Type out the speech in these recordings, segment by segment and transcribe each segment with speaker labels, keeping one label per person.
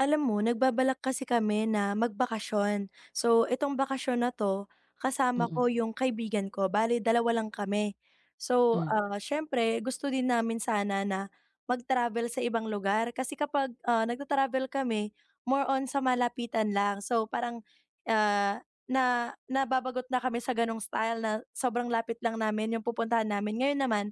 Speaker 1: Alam mo, nagbabalak kasi kami na magbakasyon. So, itong bakasyon na 'to, kasama
Speaker 2: Mm,
Speaker 1: ko yung kaibigan ko. Bale, dalawa lang kami. So,
Speaker 2: hmm,
Speaker 1: siyempre gusto din namin sana na mag-travel sa ibang lugar kasi kapag, nagta-travel kami, more on sa malapitan lang. So, parang, ah, na nababagot na kami sa gano'ng style na sobrang lapit lang namin yung pupuntahan namin. Ngayon naman,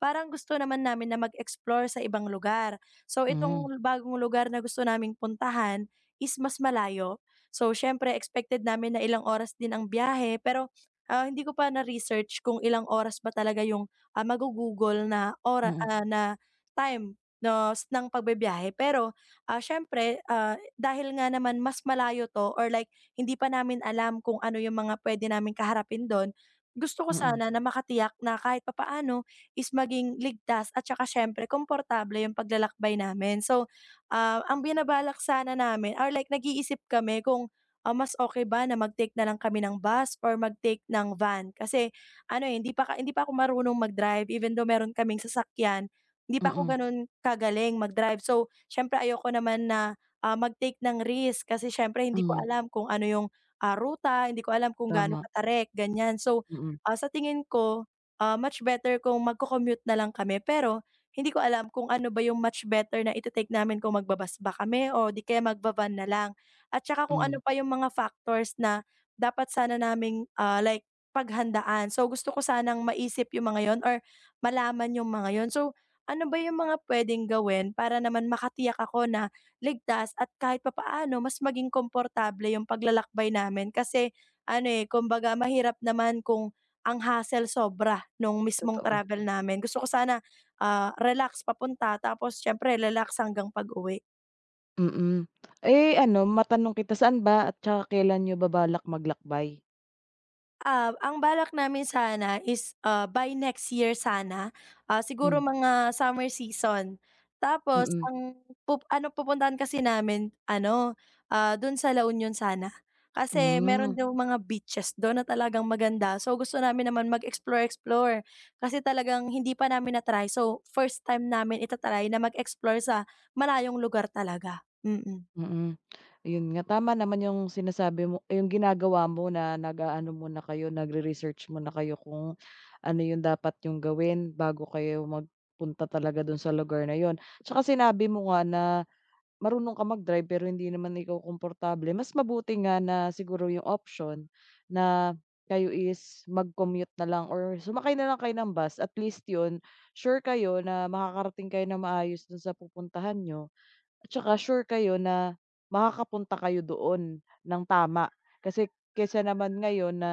Speaker 1: parang gusto naman namin na mag-explore sa ibang lugar. So
Speaker 2: hmm,
Speaker 1: itong bagong lugar na gusto naming puntahan is mas malayo. So siyempre expected namin na ilang oras din ang biyahe pero, hindi ko pa na-research kung ilang oras ba talaga yung, mago-Google na
Speaker 2: mm,
Speaker 1: na time no nos ng pagbibiyahe. Pero, siyempre, dahil nga naman mas malayo 'to or like hindi pa namin alam kung ano yung mga puwede namin kaharapin do'n, gusto ko
Speaker 2: mm,
Speaker 1: sana na makatiyak na kahit papaano is maging ligtas at saka siyempre komportable yung paglalakbay namin. So, ang binabalak sana namin or like nag-iisip kami kung, mas okay ba na mag-take na lang kami ng bus or mag-take ng van. Kasi ano, eh, hindi pa ako marunong mag-drive even though meron kaming sasakyan, hindi pa ako
Speaker 2: mm,
Speaker 1: gano'n kagaling mag-drive. So, siyempre ayoko naman na, mag-take ng risk kasi siyempre hindi ko
Speaker 2: hmm,
Speaker 1: alam kung ano yung, ruta, hindi ko alam kung gaano
Speaker 2: tama,
Speaker 1: katarik, ganyan. So,
Speaker 2: mm,
Speaker 1: sa tingin ko much better kung magko-commute na lang kami pero hindi ko alam kung ano ba yung much better na ite-take namin kung magbabas ba kami o di kaya magbaban na lang at saka kung
Speaker 2: hmm,
Speaker 1: ano pa yung mga factors na dapat sana naming, like paghandaan. So, gusto ko sanang maisip yung mga yon or malaman yung mga yon. So, ano ba yung mga pwedeng gawin para naman makatiyak ako na ligtas at kahit papaano mas maging komportable yung paglalakbay namin kasi ano, eh, kumbaga mahirap naman kung ang hassle sobra nung mismong
Speaker 2: totoo,
Speaker 1: travel namin. Gusto ko sana, relax papunta tapos siyempre relax hanggang pag-uwi.
Speaker 2: mm. Eh, ano matanong kita saan ba at tsaka kailan niyo ba balak maglakbay?
Speaker 1: Ah ang balak namin sana is, by next year sana, siguro
Speaker 2: Hmm,
Speaker 1: mga summer season. Tapos
Speaker 2: mm,
Speaker 1: ang pupuntahan kasi namin ano, dun sa La Union sana. Kasi meron
Speaker 2: hmm,
Speaker 1: daw mga beaches dun na talagang maganda. So gusto namin naman mag-explore-explore, kasi talagang hindi pa namin na-try. So first time namin na mag-explore sa malayong lugar talaga. Mm. mm.
Speaker 2: mm. Ayun nga tama naman yung sinasabi mo eh, yung ginagawa mo na nag-aano muna kayo nagre-research muna kayo kung ano yung dapat yung gawin bago kayo magpunta talaga dun sa lugar na yun. Tsaka sinabi mo nga na marunong ka mag-drive pero hindi naman ikaw komportable, mas mabuti nga na siguro yung option na kayo is mag-commute na lang or sumakay na lang kayo ng bus, at least yun, sure kayo na makakarating kayo na maayos dun sa pupuntahan niyo at saka sure kayo na makakapunta kayo doon ng tama. Kasi kaysa naman ngayon na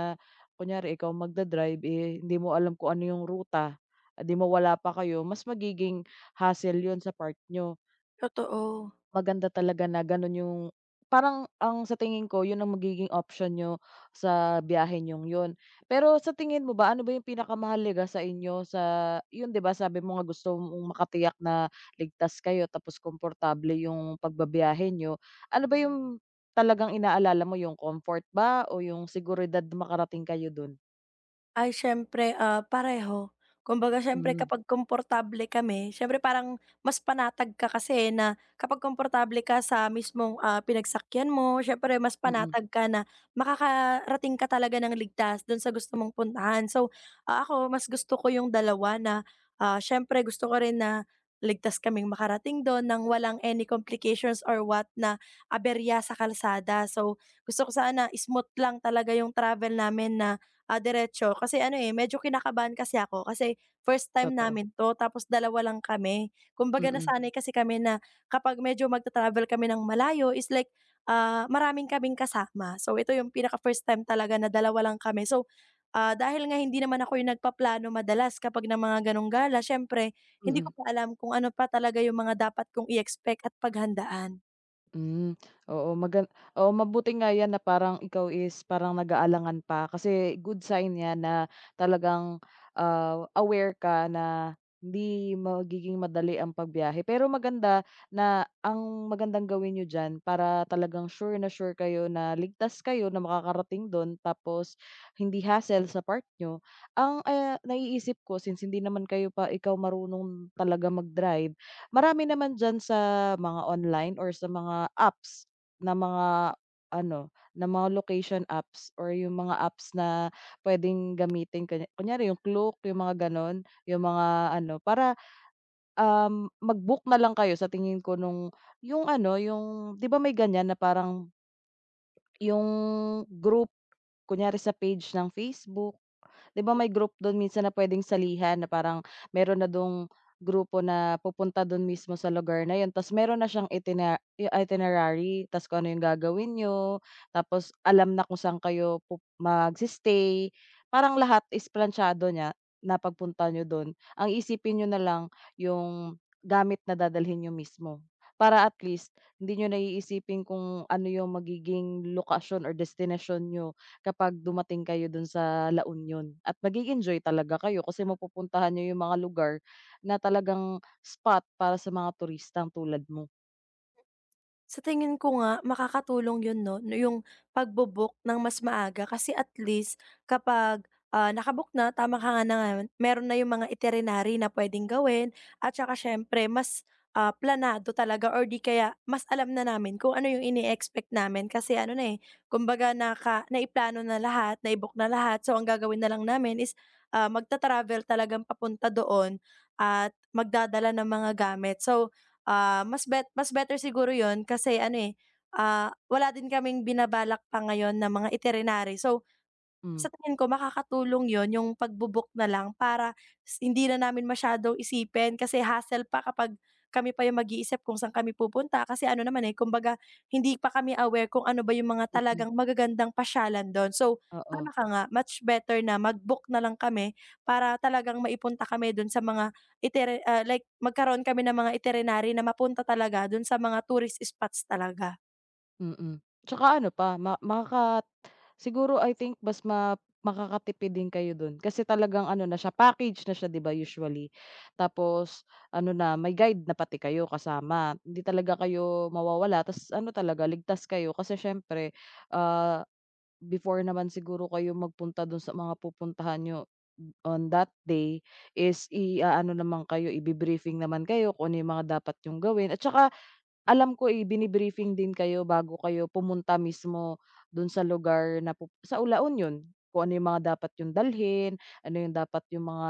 Speaker 2: kunyari ikaw magda-drive, eh, hindi mo alam kung ano yung ruta, 'di mawala pa kayo, mas magiging hassle yun sa part niyo.
Speaker 1: Totoo.
Speaker 2: Maganda talaga na gano'n yung parang ang sa tingin ko 'yun ang magiging option niyo sa biyahe niyong 'yun. Pero sa tingin mo ba, ano ba yung pinakamahalaga sa inyo sa 'yun? 'Di ba sabi mo nga gusto mong makatiyak na ligtas kayo tapos komportable yung pagbabiyahe nyo. Ano ba yung talagang inaalala mo, yung comfort ba o yung seguridad na makarating kayo dun?
Speaker 1: Ay siyempre, pareho. Kumbaga siyempre
Speaker 2: Hmm,
Speaker 1: kapag komportable kami, siyempre parang mas panatag ka kasi na kapag komportable ka sa mismong, pinagsakyan mo, siyempre mas
Speaker 2: mm.
Speaker 1: panatag ka na makakarating ka talaga ng ligtas dun sa gusto mong puntahan. So, ako mas gusto ko yung dalawa na, siyempre gusto ko rin na ligtas kaming makarating dun ng walang any complications or what na aberya sa kalsada. So, gusto ko sana smooth lang talaga yung travel namin na diretso kasi ano, eh, medyo kinakabahan kasi ako kasi first time
Speaker 2: Totoo.
Speaker 1: namin 'to tapos dalawa lang kami. Kumbaga
Speaker 2: Mm,
Speaker 1: nasanay kasi kami na kapag medyo magta-travel kami ng malayo is like, maraming kaming kasama. So, ito yung pinaka-first time talaga na dalawa lang kami. So, dahil nga hindi naman ako yung nagpaplano madalas kapag ng mga gano'ng gala siyempre hindi ko
Speaker 2: mm.
Speaker 1: pa alam kung ano pa talaga yung mga dapat kong i-expect at paghandaan.
Speaker 2: Hmm, oo magan oo mabuti nga 'yan na parang ikaw is parang nag-aalangan pa kasi good sign 'yan na talagang, aware ka na hindi magiging madali ang pagbiyahe. Pero maganda na ang magandang gawin niyo diyan para talagang sure na sure kayo na ligtas kayo na makakarating dun tapos hindi hassle sa part niyo. Ang, naiisip ko since hindi naman kayo pa ikaw marunong talaga mag-drive. Marami naman diyan sa mga online or sa mga apps na mga ano, na mga location apps or yung mga apps na puwedeng gamitin, kunyari yung Klook, yung mga gano'n, yung mga ano para, mag-book na lang kayo sa tingin ko nung yung ano, yung 'di ba may ganyan na parang yung group, kunyari sa page ng Facebook. 'Di ba may group dun minsan na puwedeng salihan na parang meron na dong grupo na pupunta dun mismo sa lugar na yon, ta's meron na siyang itina i itinerary, ta's kung ano yung gagawin niyo, tapos alam na kung saan kayo magse-stay. Parang lahat is plantsado niya na pagpunta niyo don. Ang isipin niyo na lang yung gamit na dadalhin niyo mismo, para at least hindi niyo na iisipin kung ano yung magiging lokasyon or destinasyon niyo kapag dumating kayo dun sa La Union, at enjoy talaga kayo kasi mapupuntahan niyo yung mga lugar na talagang spot para sa mga turistang tulad mo.
Speaker 1: Sa tingin ko nga makakatulong yun 'no, no yung pagbo ng mas maaga kasi at least kapag, naka na tama ka nga naman, meron na yung mga itinerary na puwedeng gawin at saka siyempre mas, planado talaga or 'di kaya mas alam na namin kung ano yung ini-expect namin kasi ano na, eh, kumbaga naiplano na lahat, nai-book na lahat. So ang gagawin na lang namin is, magta-travel talagang papunta doon at magdadala ng mga gamit. So mas better siguro 'yun kasi ano, eh, wala din kaming binabalak pa ngayon na mga itinerary. So,
Speaker 2: Hmm,
Speaker 1: sa tingin ko makakatulong yon yung pagbo-book na lang para s hindi na namin masyadong isipin kasi hassle pa kapag kami pa yung mag-iisip kung saan kami pupunta kasi ano naman, eh, kumbaga hindi pa kami aware kung ano ba yung mga
Speaker 2: mm.
Speaker 1: talagang magagandang pasyalan don. So,
Speaker 2: Oo,
Speaker 1: tama ka nga, much better na mag-book na lang kami para talagang maipunta kami don sa mga like magkaroon kami ng mga itinerary na mapunta talaga don sa mga tourist spots talaga.
Speaker 2: mm. Tsaka ano pa ma makaka siguro I think mas ma makakatipid din kayo dun kasi talagang ano na siya, package na siya, 'di ba, usually. Tapos ano na, may guide na pati kayo kasama, hindi talaga kayo mawawala, ta's ano talaga, ligtas kayo kasi siyempre, ah before naman siguro kayo magpunta dun sa mga pupuntahan nyo on that day is ano naman kayo, ibi-briefing naman kayo kung ano yung mga dapat yung gawin, at saka alam ko, eh, bini-briefing din kayo bago kayo pumunta mismo dun sa lugar na sa La Union, kung ano yung mga dapat yung dalhin, ano yung dapat yung mga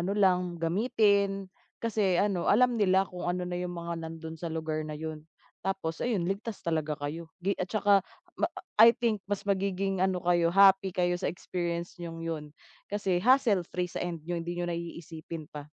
Speaker 2: ano lang, gamitin, kasi ano, alam nila kung ano na yung mga nandun sa lugar na yun. Tapos ayun, ligtas talaga kayo at saka ma I think mas magiging ano kayo, happy kayo sa experience niyong yun kasi hassle free sa end niyo, hindi niyo na iisipin pa.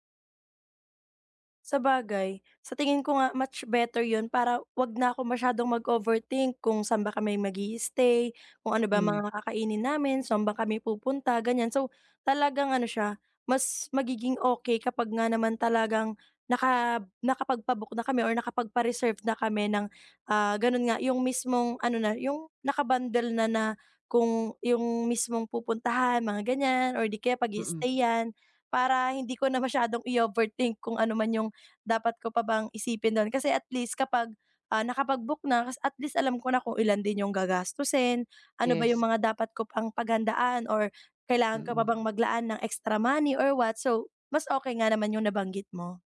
Speaker 1: Sabagay, sa tingin ko nga much better 'yun para 'wag na ako masyadong mag-overthink kung saan ba kami mag stay kung ano ba
Speaker 2: Hmm,
Speaker 1: mga kakainin namin, saan ba kami pupunta, ganiyan. So, talagang ano siya, mas magiging okay kapag nga naman talagang nakapagpa na kami or nakapagpa-reserve na kami ng, gano'n nga, yung mismong ano na, yung nakabundle na na kung yung mismong pupuntahan, mga ganyan or di kaya
Speaker 2: mm. Mm.
Speaker 1: pag-i-stay-yan. Para hindi ko na masyadong i-overthink kung ano man yung dapat ko pa bang isipin dun? Kasi at least kapag, nakapag-book na kas at least alam ko na kung ilan din yung gagastusin, ano ba yung
Speaker 2: Yes,
Speaker 1: mga dapat ko pang paghandaan or
Speaker 2: mm.
Speaker 1: kailangan ko pa
Speaker 2: Mm.
Speaker 1: bang maglaan ng extra money or what. So, mas okay nga naman yung nabanggit mo.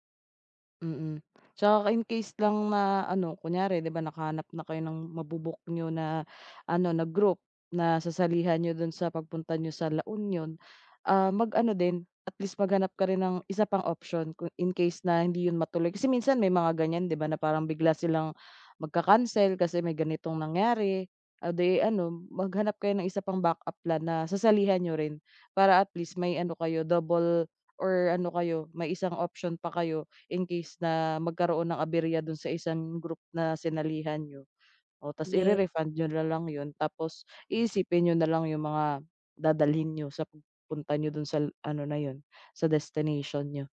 Speaker 2: Mm. Tsaka in case lang na ano, kunyari 'di ba nakahanap na kayo ng mabu-book niyo na ano, na group na sasalihan niyo dun sa pagpunta niyo sa La Union, ah, mag-ano din, at least maghanap ka rin ng isa pang option kung in case na hindi yun matuloy. Kasi minsan may mga ganyan, 'di ba, na parang bigla silang magka-cancel kasi may ganitong nangyari. O di ano, maghanap kayo ng isa pang backup plan na sasalihan niyo rin, para at least may ano kayo, double or ano kayo, may isang option pa kayo in case na magkaroon ng aberya dun sa isang group na sinalihan niyo, o ta's
Speaker 1: Yes.
Speaker 2: niyo na lang yun, tapos iisipin niyo na lang yung mga dadalhin niyo sa pagpunta niyo dun sa ano na yun, sa destination niyo,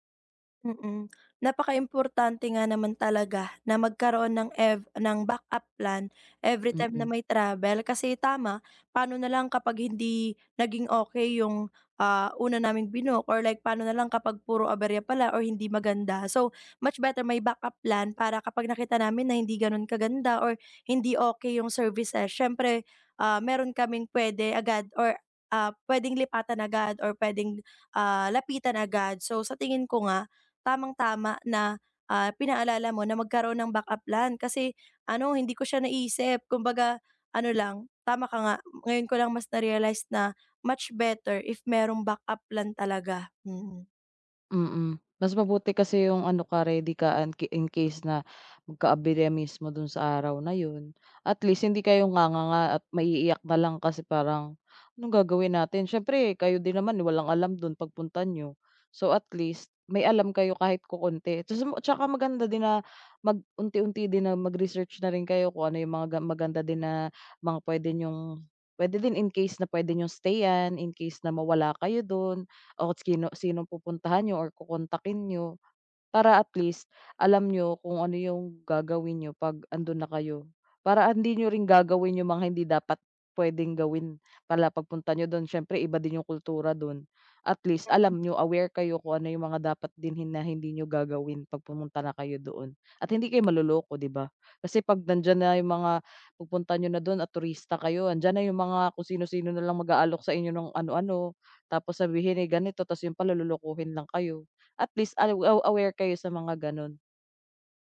Speaker 1: Mm. Napakaimportante nga naman talaga na magkaroon ng ev ng backup plan every time na
Speaker 2: mm.
Speaker 1: may travel kasi tama, paano na lang kapag hindi naging okay yung, una naming binook or like paano na lang kapag puro aberya pala or hindi maganda. So, much better may backup plan para kapag nakita namin na hindi gano'n kaganda or hindi okay yung services siyempre, meron kaming pwede agad or, puwedeng lipatan agad or puwedeng, lapitan agad. So, sa tingin ko nga tamang-tama na, pinaalala mo na magkaroon ng backup plan kasi ano, hindi ko siya naisip kumbaga ano lang, tama ka nga, ngayon ko lang mas na-realize na much better if merong backup plan talaga. Mm.
Speaker 2: Mm, mas mabuti kasi yung ano ka, ready ka an ki in case na magka-aberya mismo dun sa araw na yun. At least hindi kayo nganganga at maiiyak na lang kasi parang, "Anong gagawin natin?" Siyempre kayo din naman walang alam dun pagpunta niyo. So, at least may alam kayo kahit kokonti. Ta's 'tsaka maganda din na mag unti-unti din na mag-research na rin kayo kung ano yung mga maganda din na mga pwede niyong pwede din in case na pwede niyong stayan, in case na mawala kayo dun o kung sino sinong pupuntahan niyo or kokontakin niyo. Para at least alam niyo kung ano yung gagawin niyo 'pag andun na kayo. Para hindi niyo rin gagawin yung mga hindi dapat puwedeng gawin pala pagpunta niyo dun, siyempre iba din yung kultura dun. At least alam niyo, aware kayo kung ano yung mga dapat din na hindi niyo gagawin 'pag pumunta na kayo doon. At hindi kayo maloloko, 'di ba? Kasi 'pag nandiyan na yung mga pupunta niyo na dun at turista kayo, andiyan na yung mga kung sino-sino nalang mag-aalok sa inyo ng ano-ano, tapos sabihin, eh, ganito, ta's yun pala lolokohin lang kayo. At least aw aw aware kayo sa mga gano'n,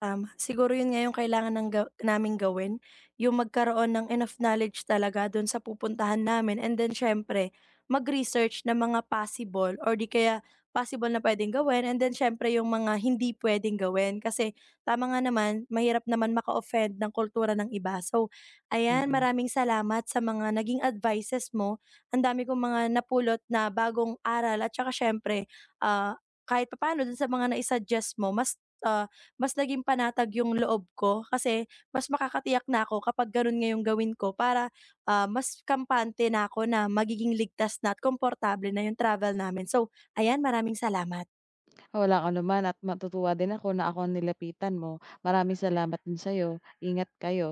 Speaker 1: Tama. Siguro yun nga yung kailangan ng naming gawin, yung magkaroon ng enough knowledge talaga dun sa pupuntahan namin and then siyempre mag-research ng mga possible or di kaya possible na puwedeng gawin and then siyempre yung mga hindi puwedeng gawin. Kasi tama nga naman, mahirap naman maka-offend ng kultura ng iba. So ayan,
Speaker 2: mm.
Speaker 1: maraming salamat sa mga naging advices mo. Ang dami kong mga napulot na bagong aral at saka siyempre, ah, kahit papaano dun sa mga nai-suggest mo mas, ah mas naging panatag yung loob ko kasi mas makakatiyak na ako kapag ganun nga yung gawin ko para, mas kampante na ako na magiging ligtas na at komportable na yung travel namin. So, ayan maraming salamat.
Speaker 2: Walang anuman at matutuwa din ako na ako ang nilapitan mo. Maraming salamat din sa'yo, ingat kayo.